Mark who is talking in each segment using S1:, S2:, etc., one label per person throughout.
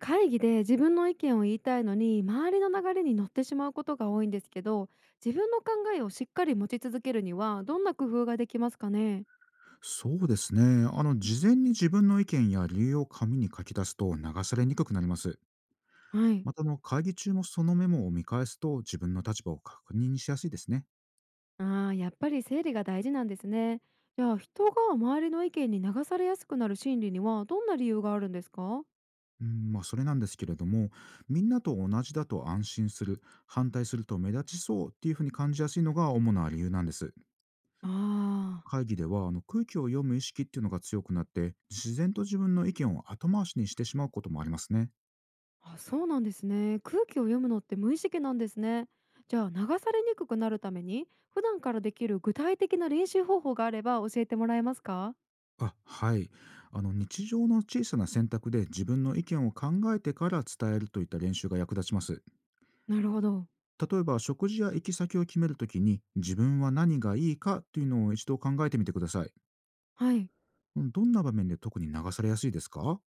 S1: 会議で自分の意見を言いたいのに周りの流れに乗ってしまうことが多いんですけど、自分の考えをしっかり持ち続けるにはどんな工夫ができますかね？
S2: そうですね。事前に自分の意見や理由を紙に書き出すと流されにくくなります。
S1: はい。
S2: また、会議中もそのメモを見返すと自分の立場を確認しやすいですね。
S1: あー、やっぱり整理が大事なんですね。じゃあ人が周りの意見に流されやすくなる心理にはどんな理由があるんですか？
S2: うん、まあ、それなんですけれども、みんなと同じだと安心する、反対すると目立ちそうっていうふうに感じやすいのが主な理由なんです。
S1: あー。
S2: 会議では空気を読む意識っていうのが強くなって、自然と自分の意見を後回しにしてしまうこともありますね。
S1: あ、そうなんですね。空気を読むのって無意識なんですね。じゃあ流されにくくなるために普段からできる具体的な練習方法があれば教えてもらえますか？
S2: あ、はい。日常の小さな選択で自分の意見を考えてから伝えるといった練習が役立ちます。
S1: なるほど。
S2: 例えば食事や行き先を決めるときに自分は何がいいかというのを一度考えてみてください。
S1: はい。
S2: どんな場面で特に流されやすいですか？は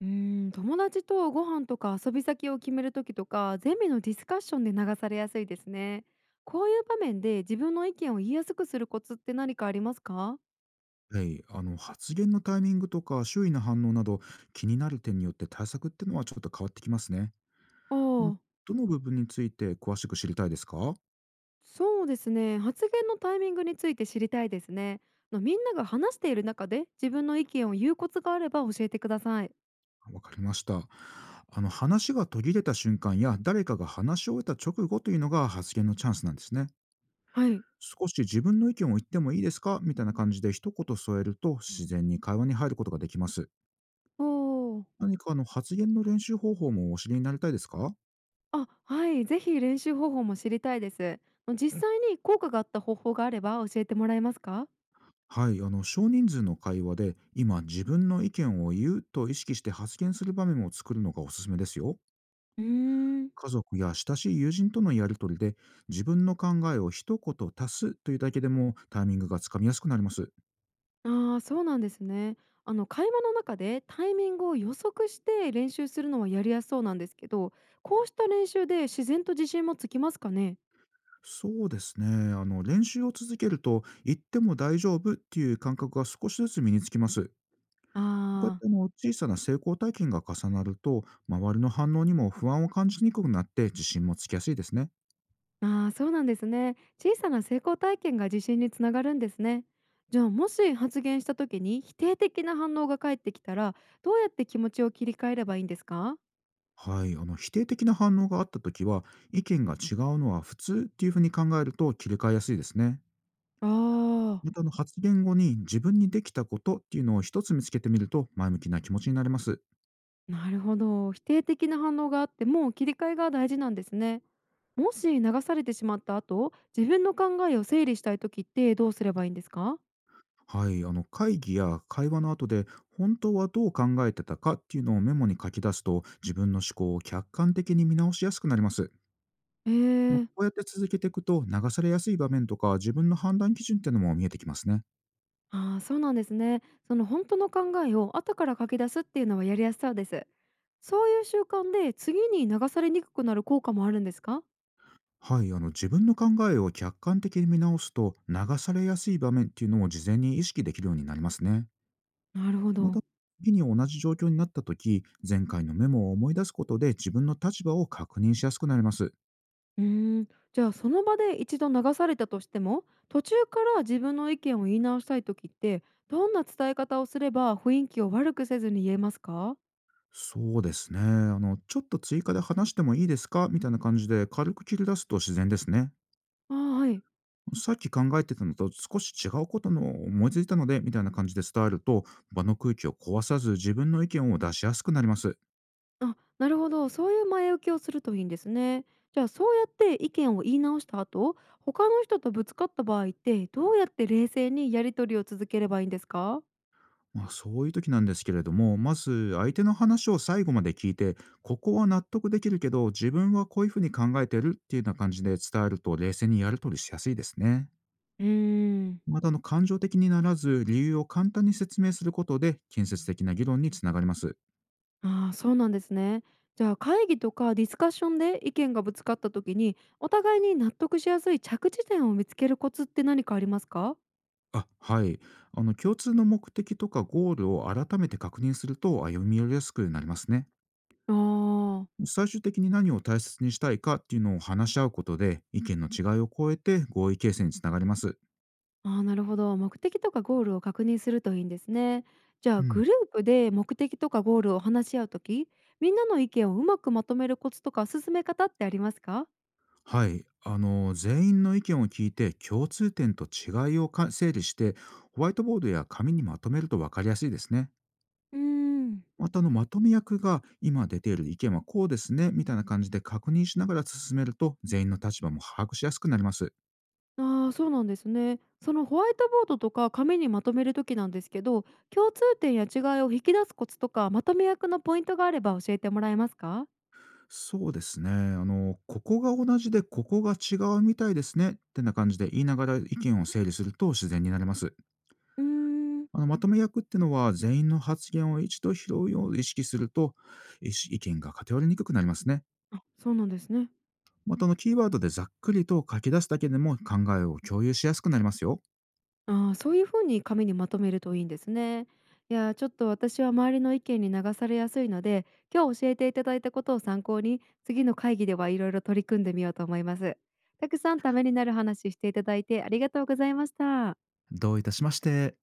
S1: うーん、友達とご飯とか遊び先を決める時とかゼミのディスカッションで流されやすいですね。こういう場面で自分の意見を言いやすくするコツって何かありますか？
S2: い。発言のタイミングとか周囲の反応など気になる点によって対策っていうのはちょっと変わってきますね。
S1: あ
S2: うん。
S1: あ。
S2: どの部分について詳しく知りたいですか？
S1: そうですね、発言のタイミングについて知りたいですね。みんなが話している中で自分の意見を言うコツがあれば教えてください。
S2: わかりました。話が途切れた瞬間や誰かが話し終えた直後というのが発言のチャンスなんですね。
S1: はい。
S2: 少し自分の意見を言ってもいいですかみたいな感じで一言添えると自然に会話に入ることができます。
S1: おお。
S2: 何か発言の練習方法もお知りになりたいですか？
S1: あ、はい、ぜひ練習方法も知りたいです。実際に効果があった方法があれば教えてもらえますか？
S2: はい、少人数の会話で今自分の意見を言うと意識して発言する場面を作るのがおすすめですよ。
S1: うーん。
S2: 家族や親しい友人とのやりとりで自分の考えを一言足すというだけでもタイミングがつかみやすくなります。
S1: ああ、そうなんですね。会話の中でタイミングを予測して練習するのはやりやすそうなんですけど、こうした練習で自然と自信もつきますかね。
S2: そうですね。練習を続けると言っても大丈夫っていう感覚が少しずつ身につきます。こうやって
S1: あー。
S2: 小さな成功体験が重なると周りの反応にも不安を感じにくくなって自信もつきやすいですね。
S1: あー、そうなんですね。小さな成功体験が自信につながるんですね。じゃあもし発言した時に否定的な反応が返ってきたら、どうやって気持ちを切り替えればいいんですか。
S2: はい、否定的な反応があった時は、意見が違うのは普通っていうふうに考えると切り替えやすいですね。
S1: ああ
S2: また発言後に自分にできたことっていうのを一つ見つけてみると前向きな気持ちになれます。
S1: ー、なるほど。否定的な反応があっても切り替えが大事なんですね。もし流されてしまった後、自分の考えを整理したい時ってどうすればいいんですか？
S2: はい、会議や会話の後で本当はどう考えてたかっていうのをメモに書き出すと自分の思考を客観的に見直しやすくなります。
S1: え
S2: こ
S1: ー。
S2: うやって続けていくと、流されやすい場面とか自分の判断基準っていうのも見えてきますね。
S1: ああ、そうなんですね。その本当の考えを後から書き出すっていうのはやりやすそうです。そういう習慣で次に流されにくくなる効果もあるんですか？
S2: はい、自分の考えを客観的に見直すと、流されやすい場面っていうのを事前に意識できるようになりますね。
S1: なるほ
S2: ま
S1: ど。
S2: た、次に同じ状況になった時、前回のメモを思い出すことで自分の立場を確認しやすくなります。
S1: うーん、じゃあその場で一度流されたとしても、途中から自分の意見を言い直したい時って、どんな伝え方をすれば雰囲気を悪くせずに言えますか？
S2: そうですね。ちょっと追加で話してもいいですかみたいな感じで軽く切り出すと自然ですね。
S1: ああ、はい。
S2: さっき考えてたのと少し違うことのを思いついたので、みたいな感じで伝えると、場の空気を壊さず自分の意見を出しやすくなります。
S1: あ、なるほど、そういう前置きをするといいんですね。じゃあそうやって意見を言い直した後、他の人とぶつかった場合ってどうやって冷静にやり取りを続ければいいんですか？
S2: まあ、そういう時なんですけれども、まず相手の話を最後まで聞いて、ここは納得できるけど、自分はこういうふうに考えてるっていうような感じで伝えると、冷静にやり取りしやすいですね。
S1: うーん。
S2: また、感情的にならず、理由を簡単に説明することで、建設的な議論につながります。
S1: ああ、そうなんですね。じゃあ会議とかディスカッションで意見がぶつかった時にお互いに納得しやすい着地点を見つけるコツって何かありますか？
S2: あ、はい。共通の目的とかゴールを改めて確認すると、歩み寄りやすくなりますね。
S1: ああ。
S2: 最終的に何を大切にしたいかっていうのを話し合うことで、意見の違いを超えて合意形成につながります。
S1: ああ、なるほど。目的とかゴールを確認するといいんですね。じゃ
S2: う
S1: あ
S2: ん。
S1: グループで目的とかゴールを話し合うとき、みんなの意見をうまくまとめるコツとか進め方ってありますか？
S2: はい、全員の意見を聞いて、共通点と違いを整理してホワイトボードや紙にまとめると分かりやすいですね。
S1: うーん。
S2: またまとめ役が今出ている意見はこうですねみたいな感じで確認しながら進めると、全員の立場も把握しやすくなります。
S1: ああー、そうなんですね。そのホワイトボードとか紙にまとめるときなんですけど、共通点や違いを引き出すコツとかまとめ役のポイントがあれば教えてもらえますか？
S2: そうですね。ここが同じでここが違うみたいですねってな感じで言いながら意見を整理すると自然になります。
S1: うーん。
S2: まとめ役ってのは全員の発言を一度拾うよう意識すると、意意見が偏りにくくなりますね。
S1: あ、そうなんですね。
S2: 元のキーワードでざっくりと書き出すだけでも考えを共有しやすくなりますよ。
S1: ああ、そういう風に紙にまとめるといいんですね。いやー、ちょっと私は周りの意見に流されやすいので、今日教えていただいたことを参考に、次の会議ではいろいろ取り組んでみようと思います。たくさんためになる話していただいてありがとうございました。
S2: どういたしまして。